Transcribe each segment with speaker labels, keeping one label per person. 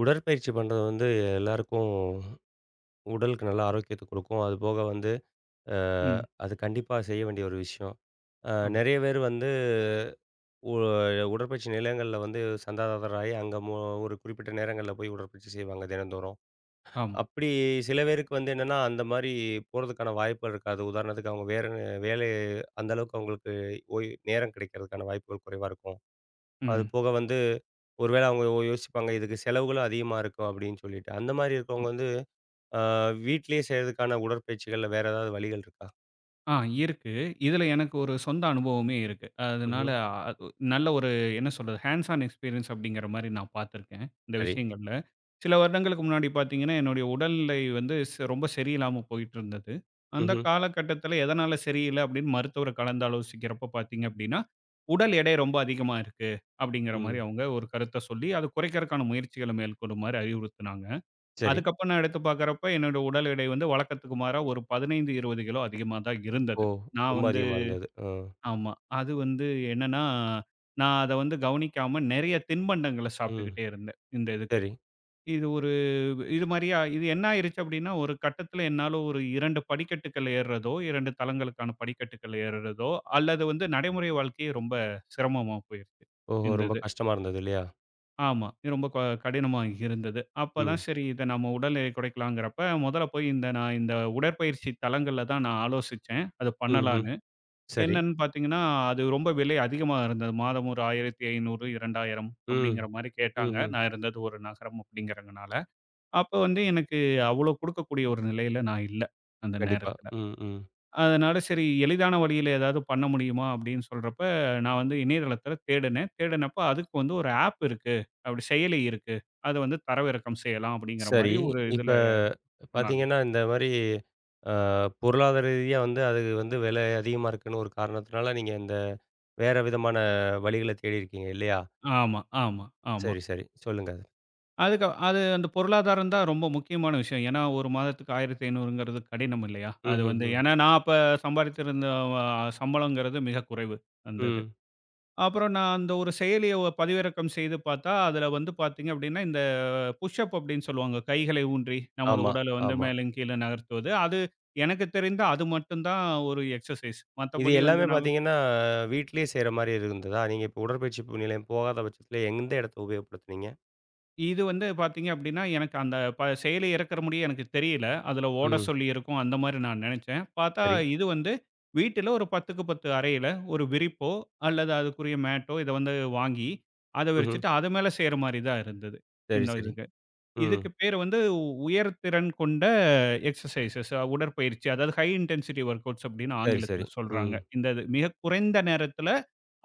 Speaker 1: உடற்பயிற்சி பண்றது வந்து எல்லாருக்கும் உடலுக்கு நல்ல ஆரோக்கியத்தை கொடுக்கும். அதுபோக வந்து அ
Speaker 2: ம்.
Speaker 1: அது கண்டிப்பா செய்ய வேண்டிய ஒரு விஷயம்.
Speaker 2: ஆமா,
Speaker 1: நெறைய பேர் வந்து உ உடற்பயிற்சி நிலையங்கள்ல வந்து சந்தாதாரராகி அங்க ஒரு குறிப்பிட்ட நேரங்கள்ல போய் உடற்பயிற்சி செய்வாங்க தினந்தோறும்.
Speaker 2: ஆமா.
Speaker 1: அப்படி சில பேருக்கு வந்து என்னன்னா, அந்த மாரி போறதுக்கான வாய்ப்புகள் இருக்காது. உதாரணத்துக்கு அவங்க வேற வேலை அந்த அளவுக்கு அவங்களுக்கு ஓய்வு நேரம் கிடைக்கிறதுக்கான வாய்ப்புகள் குறைவா இருக்கும். அது
Speaker 2: ம்.
Speaker 1: போக வந்து, ஒருவேளை அவங்க யோசிப்பாங்க, இதுக்கு செலவுகளும் அதிகமா இருக்கும் அப்படின்னு சொல்லிட்டு. அந்த மாரி இருக்கவங்க வந்து ஆ வீட்லயே செய்றதுக்கான உடற்பயிற்சிகள்ல வேற ஏதாவது வழிகள் இருக்கா?
Speaker 2: ஆ இருக்கு. இதுல எனக்கு ஒரு சொந்த அனுபவமே இருக்கு. அதனால
Speaker 1: ம்ஹ்ம்.
Speaker 2: அது நல்ல ஒரு என்ன சொல்றது, ஹேண்ட்ஸ் ஆன் எக்ஸ்பீரியன்ஸ் அப்படிங்கிற மாரி நான் பார்த்துருக்கேன், இந்த
Speaker 1: சரி.
Speaker 2: விஷயங்கள்ல. சில வருடங்களுக்கு முன்னாடி பார்த்தீங்கன்னா, என்னுடைய உடல்நிலை வந்து ரொம்ப சரியில்லாம போயிட்டுருந்தது. அந்த
Speaker 1: ம்ஹ்ம்.
Speaker 2: காலகட்டத்தில எதனால சரியில்ல அப்படின்னு மருத்துவர கலந்தாலோசிக்கிறப்ப பார்த்தீங்க அப்படின்னா, "உடல் எடை ரொம்ப அதிகமா இருக்கு." அப்படிங்கிற மாரி
Speaker 1: ம்.
Speaker 2: அவங்க ஒரு கருத்த சொல்லி, அத குறைக்கிறக்கான முயற்சிகள மேற்கொள்ளுமாறு அறிவுறுத்துனாங்க.
Speaker 1: சரி.
Speaker 2: அதுக்கப்புறம் நான் எடுத்து பார்க்குறப்ப, என்னோட உடல் எடை வந்து வழக்கத்துக்கு மாறா ஒரு 15, 20 கிலோ அதிகமா தான்
Speaker 1: ஓ!
Speaker 2: இருந்தது. நான்
Speaker 1: ரொம்ப
Speaker 2: வந்து
Speaker 1: அதிகமா இருந்தது. ஆ.
Speaker 2: ஆமா. அது வந்து என்னன்னா, நான் அத வந்து கவனிக்காம நெறைய தின்பண்டங்கள
Speaker 1: ம்.
Speaker 2: சாப்பிட்டுக்கிட்டே இருந்தேன், இந்த இதுக்கு.
Speaker 1: சரி.
Speaker 2: இது ஒரு இது மாரியா இது என்ன ஆயிருச்சு அப்டின்னா, ஒரு கட்டத்தில என்னால ஒரு 2 படிக்கட்டுகள் ஏர்றதோ, 2 தளங்களுக்கான படிக்கட்டுகள் ஏர்றதோ, அல்லது வந்து நடைமுறை வாழ்க்கையே ரொம்ப சிரமமா போயிருச்சு,
Speaker 1: ஓஹோ!
Speaker 2: இந்த
Speaker 1: ரொம்ப
Speaker 2: இது.
Speaker 1: கஷ்டமா இருந்தது இல்லையா?
Speaker 2: ஆமா. ரொம்ப கடினமா இருந்தது. அப்பதான்
Speaker 1: ம்.
Speaker 2: சரி இத நம்ம உடல் எடை குறைக்கலாங்கிறப்ப முதல்ல போய் இந்த நான் இந்த உடற்பயிற்சி தலங்கள்ல தான் நான் ஆலோசிச்சேன். அது
Speaker 1: ம்ஹ்ம்.
Speaker 2: பண்ணலான்னு.
Speaker 1: சரி.
Speaker 2: என்னன்னு பார்த்தீங்கன்னா, அது ரொம்ப விலை அதிகமா இருந்தது. மாதம் ஒரு 1500, 2000
Speaker 1: ம்.
Speaker 2: அப்படிங்கிற மாரி கேட்டாங்க.
Speaker 1: ம்ஹ்ம்.
Speaker 2: நான் இருந்தது ஒரு நகரம் அப்படிங்கிறதுனால. அப்ப வந்து எனக்கு அவ்வளோ குடுக்கக்கூடிய ஒரு நிலையில நான் இல்ல, அந்த
Speaker 1: கண்டிப்பா.
Speaker 2: நேரத்துல.
Speaker 1: ம், ம்.
Speaker 2: அதனால சரி எளிதான வழியில ஏதாவது பண்ண முடியுமா அப்படின்னு சொல்றப்ப, நான் வந்து இணையதளத்தில தேடுனேன். தேடுனப்ப அதுக்கு வந்து ஒரு ஆப் இருக்கு. அப்படி செயலி இருக்கு. அத வந்து தரவிறக்கம் செய்யலாம் அப்படிங்கிற மாரி
Speaker 1: சரி.
Speaker 2: ஒரு
Speaker 1: இப்ப
Speaker 2: இதுல சொன்னாங்க.
Speaker 1: பார்த்தீங்கன்னா, இந்த மாரி அ பொருளாதார ரீதியா வந்து அது வந்து விலை அதிகமா இருக்குன்னு ஒரு காரணத்தினால, நீங்க இந்த வேற விதமான வழிகள தேடி இருக்கீங்க இல்லையா?
Speaker 2: ஆமா, ஆமா, ஆமா.
Speaker 1: சரி, சரி. சொல்லுங்க.
Speaker 2: அதுக்கு அது அந்த பொருளாதாரம் தான் ரொம்ப முக்கியமான விஷயம். ஏன்னா, 1 மாதத்துக்கு 1500ங்கிறது கடினம் இல்லையா? அது வந்து
Speaker 1: ம்ஹ்ஹ்ம்.
Speaker 2: ஏன்னா நான் அப்ப சம்பாதித்திருந்த அ சம்பளங்கிறது மிக குறைவு, அந்த இது.
Speaker 1: ம்.
Speaker 2: அப்புறம் நான் அந்த ஒரு செயலிய பதிவிறக்கம் செய்து பார்த்தா, அதுல வந்து பார்த்தீங்க அப்டின்னா, இந்த புஷ் அப் அப்டின்னு சொல்லுவாங்க. கைகளை ஊன்றி நமது
Speaker 1: ஆமா,
Speaker 2: உடல வந்து
Speaker 1: ஆமா.
Speaker 2: மேலும் கீழும் நகர்த்துவது. அது எனக்கு தெரிந்த அது மட்டும் தான் ஒரு எக்ஸர்சைஸ்.
Speaker 1: இது
Speaker 2: மத்தபடி வந்து
Speaker 1: எல்லாமே
Speaker 2: நான்
Speaker 1: பார்த்தீங்கன்னா, வீட்லயே செய்ற மாரி இருந்ததா? நீங்க இப்ப உடற்பயிற்சி நிலையம் போகாத பட்சத்தில எந்த இடத்த உபயோகப்படுத்துனீங்க?
Speaker 2: இது வந்து பார்த்தீங்க அப்டின்னா, எனக்கு அந்த செயலி இறக்குற முடிய எனக்கு தெரியல. அதுல ஓட
Speaker 1: ம்.
Speaker 2: சொல்லி இருக்கும் அந்த மாரி நான் நெனச்சேன். பார்த்தா
Speaker 1: சரி.
Speaker 2: இது வந்து வீட்டில ஒரு 10க்கு 10 அறையில ஒரு விரிப்போ, அல்லது அதுக்குரிய மேட்டோ இத வந்து வாங்கி, அத
Speaker 1: ம்ஹ்ம்.
Speaker 2: விரிச்சுட்டு அது மேல செய்ற மாரி தான் இருந்தது.
Speaker 1: சரி,
Speaker 2: இந்த
Speaker 1: சரி.
Speaker 2: இதுக்கு.
Speaker 1: ம்.
Speaker 2: இதுக்கு பேரு வந்து உயர்திறன் கொண்ட எக்ஸர்சைஸஸ் உடற்பயிற்சி. அதாவது ஹை இன்டென்சிட்டி வொர்க் அவுட்ஸ் அப்படின்னு
Speaker 1: சரி, சரி.
Speaker 2: ஆங்கிலத்தில சொல்றாங்க.
Speaker 1: ம்.
Speaker 2: இந்த இது மிக குறைந்த நேரத்தில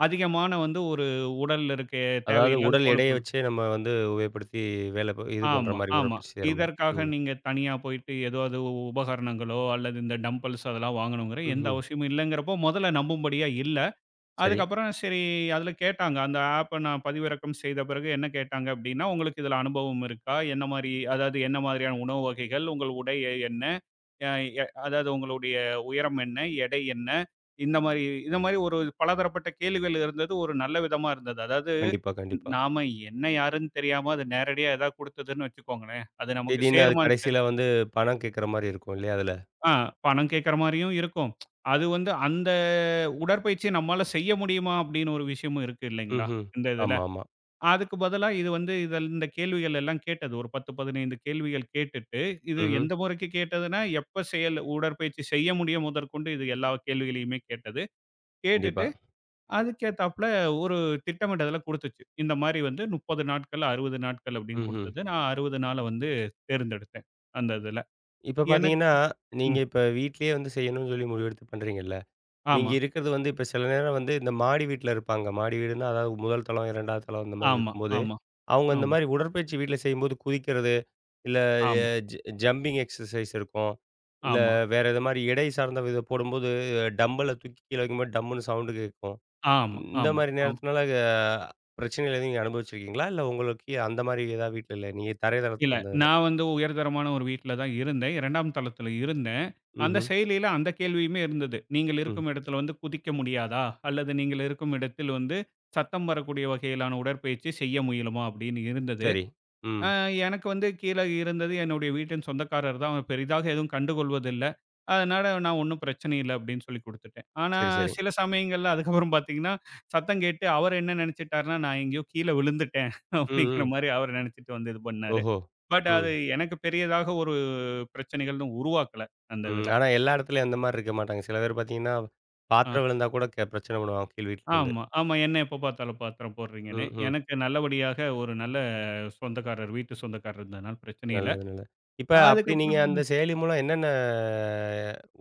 Speaker 2: அதிகமான வந்து ஒரு உடல்ல இருக்க
Speaker 1: அதாவது
Speaker 2: தேவையில்லாத
Speaker 1: உடல் எடைய
Speaker 2: கொழுப்புகள்.
Speaker 1: வச்சே நம்ம வந்து உபயோகப்படுத்தி வேலை இது பண்ற
Speaker 2: ஆமா,
Speaker 1: மாரி,
Speaker 2: ஆமா.
Speaker 1: உடற்பயிற்சி செய்ற மாரி.
Speaker 2: இதற்காக
Speaker 1: ம்.
Speaker 2: நீங்க தனியா போயிட்டு ஏதாவது உபகரணங்களோ, அல்லது இந்த டம்பல்ஸ் அதெல்லாம் வாங்கணுங்கிற எந்த
Speaker 1: ம்ஹ்ம்.
Speaker 2: அவசியமும் இல்லங்கிறப்போ, முதல்ல நம்பும்படியா இல்ல.
Speaker 1: சரி.
Speaker 2: அதுக்கப்புறம் சரி அதில கேட்டாங்க. அந்த ஆப்ப நான் பதிவிறக்கம் செய்த பிறகு என்ன கேட்டாங்க அப்டின்னா, "உங்களுக்கு இதில அனுபவம் இருக்கா? என்ன மாரி அதாவது என்ன மாதிரியான உணவு வகைகள்? உங்கள் உடை என்ன? அ எ அதாவது உங்களுடைய உயரம் என்ன? எடை என்ன?" இந்த மாரி இந்த மாரி ஒரு பலதரப்பட்ட கேள்விகள் இருந்தது. ஒரு நல்ல விதமா இருந்தது. அதாவது
Speaker 1: கண்டிப்பா, கண்டிப்பா.
Speaker 2: நாம என்ன யாருன்னு தெரியாம அது நேரடியா ஏதாவது குடுத்ததுன்னு வச்சுக்கோங்களேன், அது நமக்கு
Speaker 1: திடீர்னு அது
Speaker 2: சேருமான்னு தெ
Speaker 1: கடைசியில வந்து பணம் கேட்கற மாரி இருக்கும் இல்லையா அதுல?
Speaker 2: ஆ பணம் கேட்கற மாரியும் இருக்கும். அது வந்து அந்த உடற்பயிற்சிய நம்மால செய்ய முடியுமா? அப்டின்னு ஒரு விஷயமும் இருக்கு இல்லைங்களா?
Speaker 1: ம்ஹ்ம்.
Speaker 2: இந்த இதில.
Speaker 1: ஆமா, ஆமா.
Speaker 2: அதுக்கு பதிலா இது வந்து இதில் இந்த கேள்விகள் எல்லாம் கேட்டது. ஒரு 10, 15 கேள்விகள் கேட்டுட்டு, இது
Speaker 1: ம்ஹ்ம்.
Speaker 2: எந்த முறைக்கு கேட்டதுன்னா, எப்ப செயல் உடற்பயிற்சி செய்ய முடியும் முதற்கொண்டு இது எல்லா கேள்விகளையுமே கேட்டது.
Speaker 1: கண்டிப்பா.
Speaker 2: கேட்டுட்டு அதுக்கேத்தாப்ல ஒரு திட்டமிடுதல குடுத்துச்சு. இந்த மாரி வந்து 30 நாட்கள், 60 நாட்கள் அப்படின்னு
Speaker 1: ம்ஹ்ம்.
Speaker 2: குடுத்தது. நான் 60 நாள வந்து தேர்ந்தெடுத்தேன். அந்த இதுல.
Speaker 1: இப்ப
Speaker 2: எனக்கு
Speaker 1: பார்த்தீங்கன்னா, நீங்க
Speaker 2: ம்.
Speaker 1: இப்ப வீட்லயே வந்து செய்யணும்னு சொல்லி முடிவெடுத்து பண்றீங்கல்ல? நீங்க
Speaker 2: ஆமா,
Speaker 1: இருக்கிறது வந்து இப்ப சில நேரம் வந்து இந்த மாடி வீட்ல இருப்பாங்க. மாடி வீடுன்னா, அதாவது 1 தளம், 2வது தளம் இந்த மாரி
Speaker 2: ஆமா,
Speaker 1: இருக்கும்போது,
Speaker 2: ஆமா,
Speaker 1: அவங்க இந்த
Speaker 2: ஆமா,
Speaker 1: மாரி உடற்பயிற்சி வீட்ல செய்யும்போது குதிக்கிறது, இல்ல எ
Speaker 2: ஆமா,
Speaker 1: ஜ ஜம்பிங் எக்ஸர்சைஸ் இருக்கும். இல்ல
Speaker 2: ஆமா,
Speaker 1: வேற இது மாரி எடை சார்ந்த இத போடும்போது டம்பல தூக்கி கீழ வைக்கும்போது டம்முன்னு சவுண்டு கேட்கும்.
Speaker 2: ஆமா, ஆமா,
Speaker 1: இந்த
Speaker 2: ஆமா,
Speaker 1: மாரி
Speaker 2: ஆமா.
Speaker 1: நேரத்தினால பிரச்சனைகள் எதுவும் நீங்க அனுபவிச்சிருக்கீங்களா? இல்ல உங்களுக்கு அந்த மாரி ஏதாவது வீட்ல இல்ல. நீங்க தரை தளத்தில
Speaker 2: இல்ல.
Speaker 1: இருந்தது.
Speaker 2: நான் வந்து உயர்தரமான ஒரு வீட்ல தான் இருந்தேன். 2ஆம் தளத்துல இருந்தேன். அந்த
Speaker 1: ம்ஹ்ம்.
Speaker 2: செயலியில அந்த கேள்வியுமே இருந்தது. "நீங்கள்
Speaker 1: ம்.
Speaker 2: இருக்கும் இடத்துல வந்து குதிக்க முடியாதா? அல்லது நீங்கள் இருக்கும் இடத்தில் வந்து சத்தம் வரக்கூடிய வகையிலான உடற்பயிற்சி செய்ய முயலுமா?" அப்படின்னு இருந்தது.
Speaker 1: சரி. ம்.
Speaker 2: அ எனக்கு வந்து கீழ இருந்தது என்னுடைய வீட்டின் சொந்தக்காரர் தான். அவர் பெரிதாக எதுவும் கண்டுகொள்வதில்ல. அதனால நான் ஒண்ணும் பிரச்சனை இல்ல அப்படின்னு சொல்லி குடுத்துட்டேன். ஆனா
Speaker 1: சரி, சரி.
Speaker 2: சில சமயங்கள்ல அதுக்கப்புறம் பார்த்தீங்கன்னா, சத்தம் கேட்டு அவர் என்ன நெனச்சுட்டாருன்னா, நான் எங்கேயோ கீழ விழுந்துட்டேன்
Speaker 1: ம்,
Speaker 2: அப்படிங்கிற
Speaker 1: ம்.
Speaker 2: மாரி அவர் நெனச்சுட்டு வந்து இது பண்ணாரு.
Speaker 1: ஓஹோ!
Speaker 2: பட்
Speaker 1: ம்.
Speaker 2: அது எனக்கு பெரியதாக ஒரு பிரச்சனைகள்னு உருவாக்கல அந்த
Speaker 1: ம்.
Speaker 2: இதுல.
Speaker 1: ஆனா, எல்லா இடத்துலயும் அந்த மாரி இருக்க மாட்டாங்க. சில பேர் பார்த்தீங்கன்னா,
Speaker 2: அ
Speaker 1: பாத்திரம் விழுந்தா கூட பிரச்சனை பண்ணுவாங்க கீழ் வீட்லருந்து.
Speaker 2: ஆமா, ஆமா. என்ன எப்ப பார்த்தாலும் பாத்திரம் போடுறீங்கன்னு.
Speaker 1: ம், ம்.
Speaker 2: எனக்கு நல்லபடியாக ஒரு நல்ல சொந்தக்காரர், வீட்டு சொந்தக்காரர் இருந்ததுனால பிரச்சனை இல்ல.
Speaker 1: நல்லது, நல்லது. இப்ப அப்படி நீங்க
Speaker 2: அதுக்கப்புறம்
Speaker 1: அந்த செயலி மூலம் என்னென்ன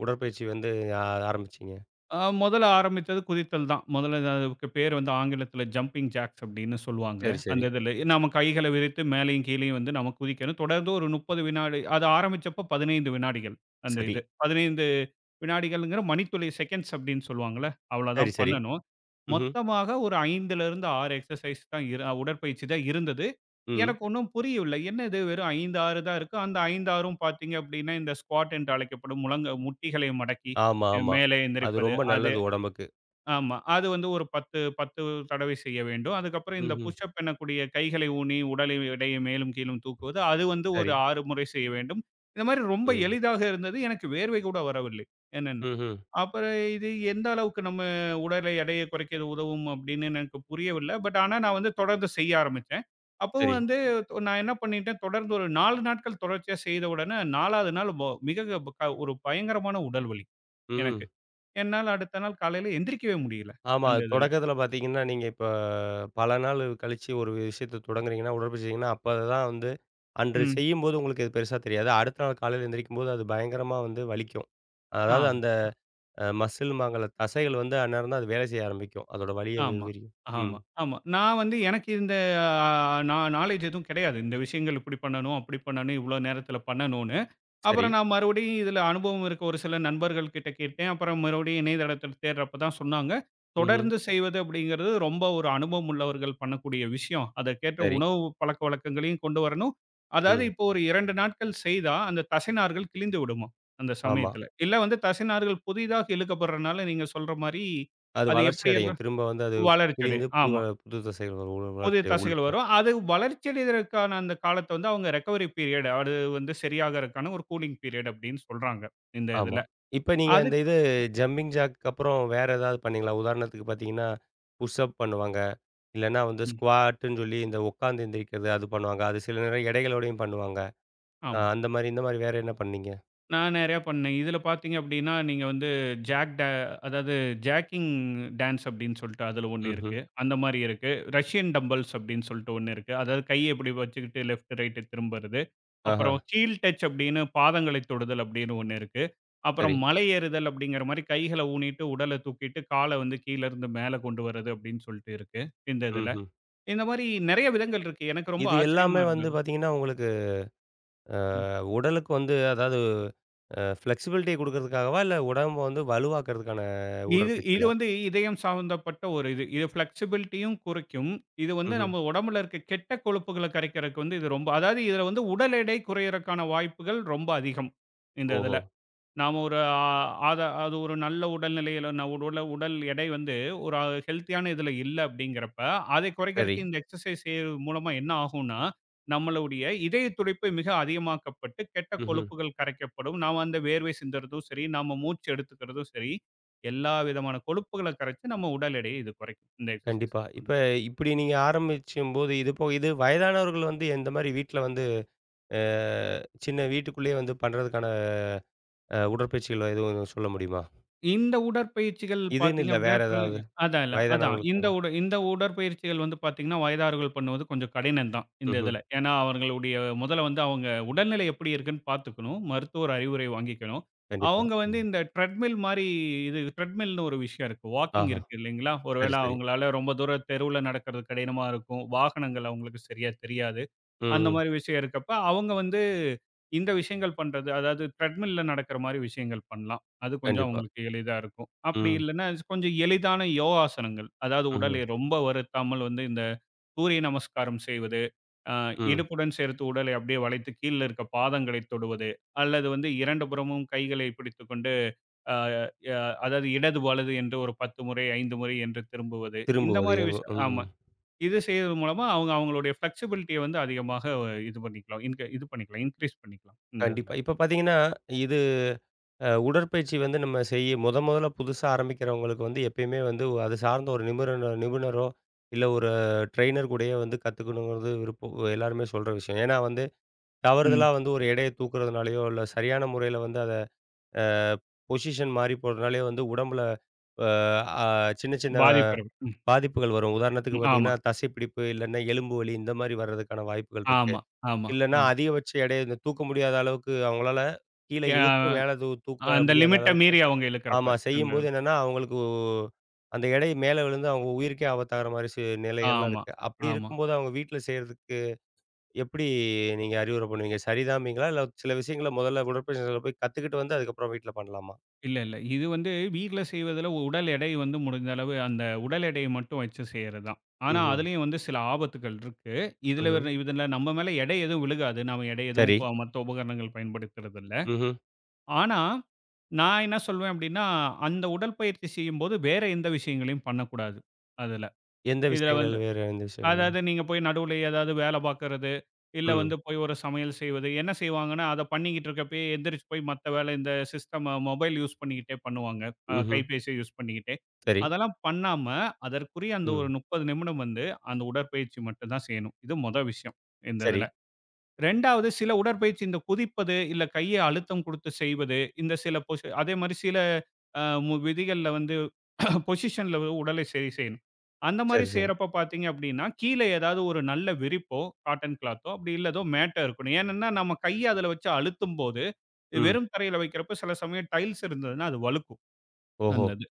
Speaker 1: உடற்பயிற்சி வந்து ஆ ஆரம்பிச்சீங்க?
Speaker 2: மொதல்ல ஆரம்பிச்சது குதித்தல் தான். மொதல்ல அது அதுக்கு பேர் வந்து ஆங்கிலத்தில ஜம்பிங் ஜாக்ஸ் அப்படின்னு சொல்லுவாங்க.
Speaker 1: சரி,
Speaker 2: அந்த
Speaker 1: சரி.
Speaker 2: இதில. நம்ம கைகள விரித்து மேலயும் கீழயும் வந்து நம்ம குதிக்கணும். தொடர்ந்து ஒரு 30 வினாடி அது ஆரம்பிச்சப்போ 15 வினாடிகள் அந்த
Speaker 1: சரி.
Speaker 2: இது. 15 வினாடிகள்ங்கிற மணித்துளை செகண்ட்ஸ் அப்படின்னு சொல்லுவாங்கல்ல. அவ்வளோதான்
Speaker 1: சரி, சரி.
Speaker 2: பண்ணணும்.
Speaker 1: ம்ஹ்ம்.
Speaker 2: மொத்தமாக ஒரு 5லிருந்து 6 எக்ஸர்சைஸ் தான் இரு உடற்பயிற்சி தான் இருந்தது.
Speaker 1: ம்.
Speaker 2: எனக்கு ஒண்ணும் புரியவில்லை. என்ன இது வெறும் 5, 6 தான் இருக்கு. அந்த 5, 6ம் பார்த்தீங்க அப்படின்னா, இந்த ஸ்குவாட் என்று அழைக்கப்படும் முழங்க முட்டிகளை மடக்கி
Speaker 1: ஆமா, ஆமா.
Speaker 2: மேலே
Speaker 1: அது
Speaker 2: எந்திரிப்பது.
Speaker 1: ரொம்ப
Speaker 2: அது
Speaker 1: நல்லது உடம்புக்கு.
Speaker 2: ஆமா. அது வந்து ஒரு 10, 10 தடவை செய்ய வேண்டும். அதுக்கப்புறம் இந்த
Speaker 1: ம்ஹ்ம்.
Speaker 2: புஷ் அப் எனக்கூடிய கைகளை ஊனி, உடலை எடையை மேலும் கீழும் தூக்குவது, அது வந்து ஒரு
Speaker 1: சரி.
Speaker 2: 6 முறை செய்ய வேண்டும். இந்த மாரி ரொம்ப
Speaker 1: ம்.
Speaker 2: எளிதாக இருந்தது. எனக்கு வேர்வை கூட வரவில்லை. என்னன்னு.
Speaker 1: ம்ஹ்ம்.
Speaker 2: அப்புறம் இது எந்த அளவுக்கு நம்ம உடலை எடையை குறைக்க இது உதவும் அப்படின்னு எனக்கு புரியவில்லை. பட் ஆனா நான் வந்து தொடர்ந்து செய்ய ஆரம்பிச்சேன். அப்பவும்
Speaker 1: சரி.
Speaker 2: வந்து நான் என்ன பண்ணிட்டேன், தொடர்ந்து ஒரு 4 நாட்கள் தொடர்ச்சியா செய்த உடனே 4வது நாள் மிக ஒரு பயங்கரமான உடல் வலி எனக்கு.
Speaker 1: ம்.
Speaker 2: என்னால அடுத்த நாள் காலையில எந்திரிக்கவே முடியல,
Speaker 1: ஆமா.
Speaker 2: அந்த
Speaker 1: அது
Speaker 2: இதுல.
Speaker 1: தொடக்கத்தில பார்த்தீங்கன்னா, நீங்க இப்ப பல நாள் கழிச்சு ஒரு விஷயத்த தொடங்குறீங்கன்னா, உடற்பயிற்சிங்கன்னா, அப்ப தான் வந்து அன்று
Speaker 2: ம்.
Speaker 1: செய்யும்போது உங்களுக்கு இது பெருசா தெரியாது. அடுத்த நாள் காலையில எந்திரிக்கும்போது அது பயங்கரமா வந்து வலிக்கும். அதாவது
Speaker 2: ஆமா,
Speaker 1: அந்த அ மசில்ம்பாங்கல்ல தசைகள் வந்து அந்நேரம் தான் அது வேலை செய்ய ஆரம்பிக்கும். அதோட வலிய
Speaker 2: ஆமா,
Speaker 1: விரியும். ம்.
Speaker 2: ஆமா, ஆமா. நான் வந்து எனக்கு இந்த அ நான் நாலேட்ஜ் எதுவும் கிடையாது. இந்த விஷயங்கள் இப்படி பண்ணணும், அப்படி பண்ணணும், இவ்வளோ நேரத்தில பண்ணணும்னு.
Speaker 1: சரி.
Speaker 2: அப்புறம் நான் மறுபடியும் இதில அனுபவம் இருக்க ஒரு சில நண்பர்கள் கிட்ட கேட்டேன். அப்புறம் மறுபடியும் இணையதளத்தில தேடுறப்ப தான் சொன்னாங்க.
Speaker 1: ம்ஹ்ம்.
Speaker 2: தொடர்ந்து செய்வது அப்படிங்கிறது ரொம்ப ஒரு அனுபவம் உள்ளவர்கள் பண்ணக்கூடிய விஷயம். அதற்கேற்ற
Speaker 1: சரி.
Speaker 2: உணவு பழக்கவழக்கங்களையும் கொண்டு வரணும். அதாவது
Speaker 1: ம்.
Speaker 2: இப்போ ஒரு 2 நாட்கள் செய்தா, அந்த தசைநார்கள் கிழிந்து விடுமாம், அந்த
Speaker 1: ஆமா.
Speaker 2: சமயத்தில. இல்ல வந்து தசைநார்கள் புதிதாக இழுக்கப்படுறனால நீங்க சொல்ற மாரி,
Speaker 1: அது
Speaker 2: அது
Speaker 1: வளர்ச்சி
Speaker 2: எப்படி
Speaker 1: அடையும்.
Speaker 2: இருக்கும்?
Speaker 1: திரும்ப வந்து அது கிழிந்து
Speaker 2: வளர்ச்சியடையும்.
Speaker 1: புது
Speaker 2: ஆமா.
Speaker 1: புது தசைகள்
Speaker 2: புதிய
Speaker 1: வளர்ச்சி
Speaker 2: தசைகள்
Speaker 1: உங்களுக்குள்ள.
Speaker 2: வரும். அது வளர்ச்சியடைதற்கான அந்த காலத்த வந்து அவங்க ரெக்கவரி பீரியட் அது வந்து சரியாகறக்கான ஒரு கூலிங் பீரியட் அப்படின்னு சொல்றாங்க, இந்த
Speaker 1: ஆமா.
Speaker 2: இதுல.
Speaker 1: இப்ப நீங்க அந்த
Speaker 2: அதுக்கு
Speaker 1: இது ஜம்பிங் ஜாக்குக்கு அப்புறம் வேற ஏதாவது பண்ணீங்களா? உதாரணத்துக்கு பார்த்தீங்கன்னா, புஷ் அப் பண்ணுவாங்க. இல்லன்னா வந்து
Speaker 2: ம்.
Speaker 1: ஸ்குவாட்டுன்னு சொல்லி இந்த உட்காந்து எந்திரிக்கிறது அது பண்ணுவாங்க. அது சில நேரம் எடைகளோடையும் பண்ணுவாங்க.
Speaker 2: ஆமா.
Speaker 1: அந்த மாரி இந்த மாரி வேற என்ன பண்ணீங்க?
Speaker 2: நான் நெறையா பண்ணேன். இதில பார்த்தீங்க அப்டின்னா, நீங்க வந்து ஜாக் டே அதாவது ஜாக்கிங் டான்ஸ் அப்டின்னு சொல்லிட்டு அதில ஒண்ணு
Speaker 1: ம்ஹ்ம்.
Speaker 2: இருக்கு. அந்த மாரி இருக்கு. ரஷ்யன் டம்பல்ஸ் அப்டின்னு சொல்லிட்டு ஒண்ணு இருக்கு. அதாவது கைய இப்டி வச்சுக்கிட்டு லெஃப்ட், ரைட் திரும்புறது.
Speaker 1: ஆஹா.
Speaker 2: அப்புறம் ஹீல் டச் அப்டின்னு பாதங்களை தொடுதல் அப்டின்னு ஒண்ணு இருக்கு. அப்புறம்
Speaker 1: சரி.
Speaker 2: மலை ஏறுதல் அப்டிங்கிற மாரி கைகள ஊனிட்டு, உடல தூக்கிட்டு, கால வந்து கீழ இருந்து மேல கொண்டு வரது அப்டின்னு சொல்லிட்டு இருக்கு, இந்த இதில.
Speaker 1: ம்ஹ்ம்.
Speaker 2: இந்த மாரி நெறைய விதங்கள் இருக்கு. எனக்கு ரொம்ப
Speaker 1: இது
Speaker 2: ஆச்சரியமா
Speaker 1: எல்லாமே வந்து
Speaker 2: இருந்தது.
Speaker 1: பார்த்தீங்கன்னா, உங்களுக்கு அ உடலுக்கு வந்து அதாவது ஃப்ளெக்ஸிபிலிட்டிய குடுக்கறதுக்காகவா? இல்ல உடம்ப வந்து வலுவாக்குறதுக்கான
Speaker 2: இது இது
Speaker 1: உடற்பயிற்சிகளா?
Speaker 2: வந்து இதயம் சார்ந்தப்பட்ட ஒரு இது. இது ஃப்ளெக்ஸிபிலிட்டியும் குறைக்கும். இது வந்து
Speaker 1: ம்ஹ்ம்.
Speaker 2: நம்ம உடம்பில இருக்க கெட்ட கொழுப்புகள கரைக்கிறதுக்கு வந்து இது ரொம்ப அதாவது இதில வந்து உடல் எடை குறையறக்கான வாய்ப்புகள் ரொம்ப அதிகம், இந்த இதில.
Speaker 1: ஓஹோ!
Speaker 2: நாம ஒரு ஆ அத அது ஒரு நல்ல உடல்நிலையில ந உடல உடல் எடை வந்து ஒரு ஹெல்த்தியான இதில இல்ல அப்படிங்கிறப்ப, அதை
Speaker 1: சரி.
Speaker 2: குறைக்கிறதுக்கு இந்த எக்ஸர்சைஸ் செய்றது மூலமா என்ன ஆகும்னா, நம்மளுடைய இதய துடிப்பு மிக அதிகமாக்கப்பட்டு, கெட்ட
Speaker 1: ம்ஹ்ம்.
Speaker 2: கொழுப்புகள் கரைக்கப்படும். நாம அந்த வேர்வை சிந்தறதும் சரி, நாம மூச்சு எடுத்துக்கிறதும் சரி, எல்லா விதமான கொழுப்புகள கரைச்சு நம்ம உடல் எடையை இது குறைக்கும். இந்த எக்ஸர்சைஸ்
Speaker 1: கண்டிப்பா. இப்ப
Speaker 2: பண்றது.
Speaker 1: இப்படி நீங்க ஆரம்பிச்சும்போது, இது போக இது வயதானவர்கள் வந்து எந்த மாரி வீட்ல வந்து அ சின்ன வீட்டுக்குள்ளேயே வந்து பண்றதுக்கான உடற்பயிற்சிகள் எதுவும் சொல்ல முடியுமா?
Speaker 2: இந்த உடற்பயிற்சிகள்
Speaker 1: இதுன்னு
Speaker 2: பார்த்தீங்க
Speaker 1: இல்ல
Speaker 2: அப்படின்னா,
Speaker 1: வேற
Speaker 2: பிறகு
Speaker 1: ஏதாவது
Speaker 2: அதான் இல்ல அதான்.
Speaker 1: வயதானவர்களுக்காக?
Speaker 2: இந்த உடற்பயிற்சிகள் வந்து பார்த்தீங்கன்னா, வயதானவர்கள் பண்ணுவது கொஞ்சம் கடினம் தான், இந்த
Speaker 1: ம்ஹ்ம்.
Speaker 2: இதில. ஏன்னா, அவர்களுடைய முதல்ல வந்து அவங்க உடல்நிலை எப்படி இருக்குன்னு பார்த்துக்கணும். மருத்துவர் அறிவுரை வாங்கிக்கணும்.
Speaker 1: கண்டிப்பா.
Speaker 2: அவங்க வந்து
Speaker 1: ம்.
Speaker 2: இந்த ட்ரெட்மில் மாரி இது ட்ரெட்மில்னு ஒரு விஷயம் இருக்கு. வாக்கிங்
Speaker 1: ஆஹா.
Speaker 2: இருக்கு இல்லைங்களா? ஒரு வேள
Speaker 1: சரி, சரி.
Speaker 2: அவங்களால ரொம்ப தூரம் தெருவுல நடக்கிறது கடினமா இருக்கும். வாகனங்கள் அவங்களுக்கு சரியா தெரியாது.
Speaker 1: ம்,
Speaker 2: அந்த
Speaker 1: ம்.
Speaker 2: மாரி விஷயம் இருக்கப்ப, அவங்க வந்து இந்த விஷயங்கள் பண்றது, அதாவது த்ரெட்மில்ல நடக்கிற மாரி விஷயங்கள் பண்ணலாம். அது கொஞ்சம்
Speaker 1: கண்டிப்பா.
Speaker 2: அவங்களுக்கு எளிதா இருக்கும். அப்படி
Speaker 1: ம்,
Speaker 2: இல்லன்னா, கொஞ்சம் எளிதான யோகாசனங்கள். அதாவது உடலை
Speaker 1: ம்,
Speaker 2: ரொம்ப வருத்தாமல் வந்து இந்த சூரிய நமஸ்காரம் செய்வது, அ
Speaker 1: ம்.
Speaker 2: இடுப்புடன் சேர்த்து உடலை அப்படியே வளைத்து கீழ இருக்க பாதங்களை தொடுவது, அல்லது வந்து 2 புறமும் கைகளை பிடித்துக்கொண்டு, அ அ அதாவது இடது, வலது என்று ஒரு 10 முறை, 5 முறை என்று திரும்புவது. இந்த
Speaker 1: திரும்புவது.
Speaker 2: மாரி
Speaker 1: இதன் மூ-
Speaker 2: விஷயம்
Speaker 1: ம், ம்.
Speaker 2: ஆமா. இது செய்றது மூலமா அவங்க அவங்களுடைய ஃப்ளெக்ஸிபிலிட்டிய வந்து அதிகமாக இது பண்ணிக்கலாம். இன்க இது பண்ணிக்கலாம். இன்கிரீஸ் பண்ணிக்கலாம். இந்த இதுல.
Speaker 1: கண்டிப்பா. இப்ப பார்த்தீங்கன்னா, இது உடற்பயிற்சி வந்து நம்ம செய்ய முதல்ல புதுசா ஆரம்பிக்கிறவங்களுக்கு வந்து எப்பயுமே வந்து அது சார்ந்த ஒரு நிபுணனோ நிபுணரோ, இல்ல ஒரு ட்ரெய்னர் கூடயே வந்து கத்துக்கணுங்கிறது விருப்பம் எல்லாருமே சொல்ற விஷயம். ஏன்னா வந்து
Speaker 2: ம்.
Speaker 1: தவறுதலா வந்து ஒரு எடைய தூக்குறதுனாலயோ, இல்ல சரியான முறையில வந்து அத அ பொசிஷன் மாறி போறதுனாலயோ வந்து உடம்புல அ அ சின்ன சின்ன
Speaker 2: பாதிப்பு இருக்கு. ம்.
Speaker 1: பாதிப்புகள் வரும். உதாரணத்துக்கு
Speaker 2: ம். ஆமா,
Speaker 1: பார்த்தீங்கன்னா, தசைப்பிடிப்பு இல்லன்னா எலும்பு வலி இந்த மாரி வர்றதுக்கான வாய்ப்புகள் இருக்கு.
Speaker 2: ஆமா, ஆமா,
Speaker 1: இல்லன்னா
Speaker 2: ஆமா.
Speaker 1: அதிகபட்ச எடைய இந்த தூக்க முடியாத அளவுக்கு அவங்களால கீழ
Speaker 2: யா
Speaker 1: இழுத்து மேல தூக்க
Speaker 2: அந்த
Speaker 1: முடியாத
Speaker 2: லிமிட்ட
Speaker 1: அளவுக்கு
Speaker 2: மீறி அவங்க இழுக்கிறப்ப.
Speaker 1: ஆமா.
Speaker 2: அந்த
Speaker 1: செய்யும்போது என்னன்னா, அவங்களுக்கு அந்த எடை மேல விழுந்து அவங்க உயிருக்கே ஆபத்தாகுற மாரி நிலைகள்லாம்
Speaker 2: ஆமா,
Speaker 1: இருக்கு. அப்படி
Speaker 2: ஆமா.
Speaker 1: இருக்கும்போது அவங்க வீட்ல செய்றதுக்கு எப்படி நீங்க அறிவுரை பண்ணுவீங்க? சரிதாம்பீங்களா? இல்ல சில விஷயங்கள முதல்ல உடற்பயிற்சியாளர்கள்ட்ட போய் கத்துக்கிட்டு வந்து அதுக்கப்புறம் வீட்ல பண்ணலாமா?
Speaker 2: இல்ல, இல்ல. இது வந்து வீட்ல செய்வதில உடல் எடை வந்து முடிஞ்ச அளவு அந்த உடல் எடைய மட்டும் வச்சு செய்றது தான். ஆனா,
Speaker 1: ம்ஹ்ம்.
Speaker 2: அதிலயும் வந்து சில ஆபத்துக்கள் இருக்கு. இதுல
Speaker 1: ம்ஹ்ம்.
Speaker 2: வேற இதுல நம்ம மேல எடை எதுவும் விழுகாது. நாம எடை எதுவும்
Speaker 1: சரி.
Speaker 2: இப்ப மத்த உபகரணங்கள் பயன்படுத்துறதில்ல.
Speaker 1: ம்ஹ்ம்.
Speaker 2: ஆனா, நான் என்ன சொல்வேன் அப்டின்னா, அந்த உடற்பயிற்சி செய்யும்போது வேற எந்த விஷயங்களையும் பண்ணக்கூடாது அதுல.
Speaker 1: எந்த
Speaker 2: இதுல வந்து
Speaker 1: விஷயங்கள் வேற எந்த விஷயங்கள்?
Speaker 2: அதாவது நீங்க போய் நடுவுல ஏதாவது வேல பாக்குறது, இல்ல
Speaker 1: ம்.
Speaker 2: வந்து போய் ஒரு சமையல் செய்வது. என்ன செய்வாங்கன்னா, அத பண்ணிக்கிட்டு இருக்கப்பயே எந்திரிச்சு போய் மத்த வேல இந்த சிஸ்டம் மொபைல் யூஸ் பண்ணிக்கிட்டே பண்ணுவாங்க.
Speaker 1: ம்ஹ்ம்.
Speaker 2: கைபேசிய யூஸ் பண்ணிக்கிட்டே.
Speaker 1: சரி.
Speaker 2: அதெல்லாம் பண்ணாம, அதற்குரிய அந்த ஒரு
Speaker 1: ம்.
Speaker 2: 30 நிமிடம் வந்து அந்த உடற்பயிற்சி மட்டும் தான் செய்யணும். இது மொத விஷயம் இந்த
Speaker 1: சரி.
Speaker 2: இதுல. 2வது சில உடற்பயிற்சி இந்த குதிப்பது, இல்ல கைய அழுத்தம் குடுத்து செய்வது, இந்த சில பொசி அதே மாரி சில அ மு விதிகள்ல வந்து பொசிஷன்ல உடலை சரி செய்யணும். அந்த மாரி
Speaker 1: சரி, சரி.
Speaker 2: செய்றப்ப பார்த்தீங்க அப்டின்னா, கீழ ஏதாவது ஒரு நல்ல விரிப்போ, காட்டன் கிளாத்தோ அப்படி இல்ல ஏதோ மேட்டோ இருக்கணும். ஏனன்னா, நம்ம கைய அதுல வச்சு அழுத்தும்போது,
Speaker 1: ம்.
Speaker 2: வெறும் தரையில வைக்கிறப்ப சில சமயம் டைல்ஸ் இருந்ததுன்னா அது வழுக்கும்.
Speaker 1: ஓஹோ!
Speaker 2: அந்த இது.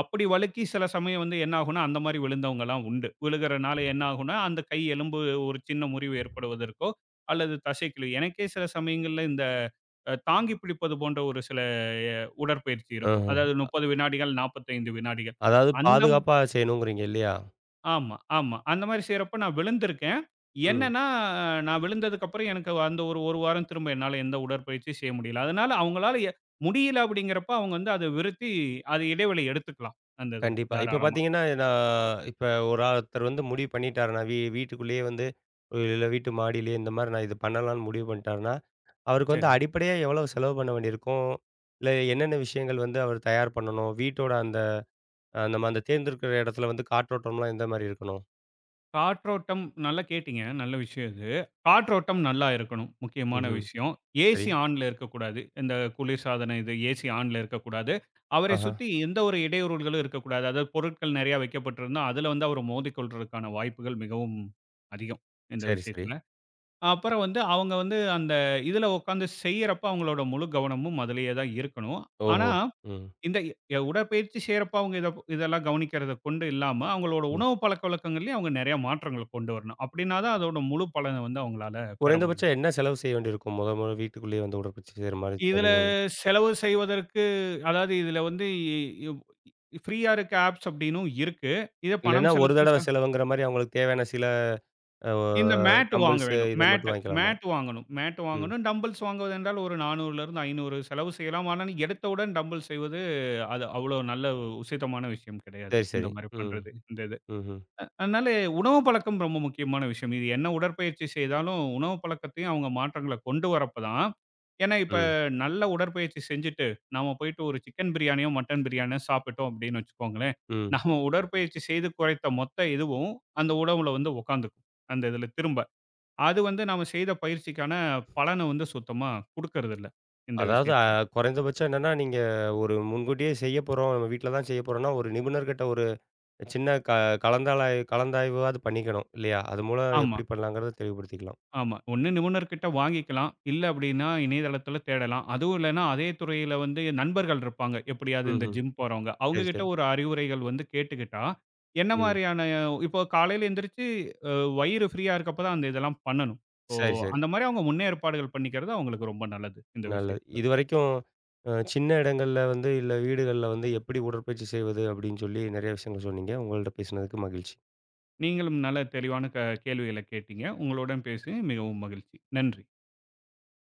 Speaker 2: அப்படி வழுக்கி சில சமயம் வந்து என்ன ஆகும்னா, அந்த மாரி விழுந்தவங்கலாம் உண்டு. விழுகிறனால என்ன ஆகும்னா, அந்த கை எலும்பு ஒரு சின்ன முறிவு ஏற்படுவதற்கோ, அல்லது தசைக்கிழு எனக்கே சில சமயங்கள்ல இந்த தாங்கி பிடிப்பது போன்ற ஒரு சில எ உடற்பயிற்சி இருக்கும்.
Speaker 1: ஆஹ.
Speaker 2: அதாவது 30 வினாடிகள், 45 வினாடிகள்.
Speaker 1: அதாவது
Speaker 2: அந்த
Speaker 1: பாதுகாப்பா செய்யணுங்கிறீங்க இல்லையா?
Speaker 2: ஆமா, ஆமா. அந்த மாரி செய்றப்ப நான் விழுந்திருக்கேன்.
Speaker 1: ம்.
Speaker 2: என்னன்னா, நான் விழுந்ததுக்கு அப்புறம் எனக்கு அந்த ஒரு 1 வாரம் திரும்ப என்னால எந்த உடற்பயிற்சியும் செய்ய முடியல. அதனால அவங்களால முடியல அப்படிங்கிறப்ப அவங்க வந்து அத விருத்தி, அது இடைவெளி எடுத்துக்கலாம். அந்த இதுல,
Speaker 1: கண்டிப்பா. இப்ப
Speaker 2: தாராளமா.
Speaker 1: பார்த்தீங்கன்னா, நான் இப்ப ஒரு ஒருத்தர் வந்து முடிவு பண்ணிட்டாரு. நான் வீட்டுக்குள்ளேயே வந்து இல்ல வீட்டு மாடியிலேயே இந்த மாரி நான் இது பண்ணலாம்னு முடிவு பண்ணிட்டாருன்னா, அவருக்கு வந்து
Speaker 2: சரி.
Speaker 1: அடிப்படையா எவ்வளவு செலவு பண்ண வேண்டியிருக்கும்? இல்ல என்னென்ன விஷயங்கள் வந்து அவர் தயார் பண்ணணும்? வீட்டோட அந்த நம்ம அந்த தேர்ந்தெடுக்கிற இடத்துல வந்து காற்றோட்டம்லாம் எந்த மாரி இருக்கணும்?
Speaker 2: காற்றோட்டம் நல்லா கேட்டீங்க. நல்ல விஷயம் இது. காற்றோட்டம் நல்லா இருக்கணும். முக்கியமான
Speaker 1: ம்ஹ்ம்.
Speaker 2: விஷயம்.
Speaker 1: சரி.
Speaker 2: ஏசி ஆன்ல இருக்கக்கூடாது. இந்த குளிர்சாதன இது ஏசி ஆன்ல இருக்கக்கூடாது. அவரை
Speaker 1: ஆஹா.
Speaker 2: சுத்தி எந்த ஒரு இடையூறுகளும் இருக்கக்கூடாது. அதாவது பொருட்கள் நெறைய வைக்கப்பட்டிருந்தா, அதில வந்து அவர் மோதிக்கொள்றதுக்கான வாய்ப்புகள் மிகவும் அதிகம். இந்த
Speaker 1: சரி, சரி.
Speaker 2: விஷயத்தில. அப்புறம் வந்து அவங்க வந்து அந்த இதில உட்காந்து செய்யறப்ப அவங்களோட முழு கவனமும் அதிலேயே தான் இருக்கணும். ஆனா
Speaker 1: ஓஹோ! ம்,
Speaker 2: இந்த உடற்பயிற்சி செய்யறப்ப அவங்க இத இதெல்லாம் கவனிக்கிறத கொண்டு இல்லாம, அவங்களோட
Speaker 1: ம்.
Speaker 2: உணவு பழக்கவழக்கங்கள்லயும் அவங்க நெறைய மாற்றங்கள கொண்டு வரணும். அப்படின்னா தான் அதோட முழு பலன வந்து அவங்களால பெற முடியும்.
Speaker 1: குறைந்தபட்சம் என்ன செலவு செய்ய வேண்டியிருக்கும்? மொத மொத வீட்டுக்குள்ளேயே வந்து உடற்பயிற்சி செய்ற மாரி
Speaker 2: இதுல
Speaker 1: தேவைகள
Speaker 2: செலவு செய்வதற்கு அதாவது இதுல வந்து இ ஃப்ரீயா இருக்க ஆப்ஸ் அப்படின்னும் இருக்கு. இத பணம்
Speaker 1: இல்லன்னா, ஒரு
Speaker 2: செலுத்தும்
Speaker 1: தடவ செலவுங்கிற மாரி அவங்களுக்கு தேவையான சில அ ஒ
Speaker 2: இந்த மேட் வாங்க
Speaker 1: டம்பிள்ஸு
Speaker 2: வேணும்.
Speaker 1: இத
Speaker 2: மேட்
Speaker 1: மட்டும் வாங்கிக்கலாமா?
Speaker 2: மேட் வாங்கணும். மேட்
Speaker 1: ம்.
Speaker 2: வாங்கணும். டம்பிள்ஸ் வாங்குவது என்றால் ஒரு 400 லிருந்து 500 செலவு செய்யலாம். ஆனா எடுத்தவுடன் டம்பிள் செய்வது அது அவ்வளோ நல்ல உசிதமான விஷயம் கிடையாது.
Speaker 1: சரி,
Speaker 2: இந்த
Speaker 1: சரி.
Speaker 2: மாரி
Speaker 1: ம்.
Speaker 2: பண்றது, இந்த இது.
Speaker 1: ம்ஹ்ம்.
Speaker 2: அதனால உணவு பழக்கம் ரொம்ப முக்கியமான விஷயம். இது என்ன உடற்பயிற்சி செய்தாலும், உணவு பழக்கத்தையும் அவங்க மாற்றங்கள கொண்டு வரப்ப தான் ஏன்னா இப்ப
Speaker 1: ம்.
Speaker 2: நல்ல உடற்பயிற்சி செஞ்சுட்டு, நாம போயிட்டு ஒரு சிக்கன் பிரியாணியோ, மட்டன் பிரியாணியோ சாப்பிட்டுட்டோம் அப்படின்னு வச்சுக்கோங்களேன்,
Speaker 1: ம். ம்.
Speaker 2: நம்ம உடற்பயிற்சி செய்து குறைத்த மொத்த இதுவும் அந்த உணவுல வந்து உட்காந்துக்கும். அந்த இதுல திரும்ப. அது வந்து நாம செய்த பயிற்சிக்கான பலன வந்து சுத்தமா குடுக்கறதில்ல, இந்த
Speaker 1: அதாவது
Speaker 2: விஷயத்துல.
Speaker 1: குறைந்தபட்சம் என்னன்னா, நீங்க ஒரு முன்கூட்டியே செய்யப் போறோம். நம்ம வீட்ல தான் செய்யப் போறோம்ன்னா, ஒரு நிபுணர்கிட்ட ஒரு சின்ன க கலந்தாலாய் கலந்தாய்வாவது பண்ணிக்கணும் இல்லையா? அது மூலம்
Speaker 2: ஆமா.
Speaker 1: எப்படி பண்ணலாங்கிறத தெளிவுபடுத்திக்கலாம்.
Speaker 2: ஆமா. ஒண்ணு நிபுணர்கிட்ட வாங்கிக்கலாம். இல்ல அப்படின்னா இணையதளத்தில தேடலாம். அதுவும் இல்லன்னா, அதே துறையில வந்து நண்பர்கள் இருப்பாங்க. எப்படியாவது இந்த
Speaker 1: ம்ஹ்ம்.
Speaker 2: ஜிம் போறவங்க. அவங்க
Speaker 1: சரி,
Speaker 2: கிட்ட
Speaker 1: சரி.
Speaker 2: ஒரு அறிவுரைகள் வந்து கேட்டுக்கிட்டா, என்ன
Speaker 1: ம்.
Speaker 2: மாரியான இப்போ காலையில எந்திரிச்சு அ வயிறு ஃப்ரீயா இருக்கப்ப தான் அந்த இதெல்லாம் பண்ணணும். இப்போ
Speaker 1: சரி, சரி.
Speaker 2: அந்த மாரி அவங்க முன்னேற்பாடுகள் பண்ணிக்கிறது அவங்களுக்கு ரொம்ப நல்லது, இந்த
Speaker 1: நல்லது.
Speaker 2: விஷயத்தில.
Speaker 1: இதுவரைக்கும் சின்ன இடங்கள்ல வந்து, இல்ல வீடுகள்ல வந்து எப்படி உடற்பயிற்சி செய்வது அப்படின்னு சொல்லி நெறைய விஷயங்கள் சொன்னீங்க. உங்கள்ட்ட பேசினதுக்கு மகிழ்ச்சி.
Speaker 2: நீங்களும் நல்ல தெளிவான கேள்விகள கேட்டீங்க. உங்களுடன் பேசிய மிகவும் மகிழ்ச்சி. நன்றி.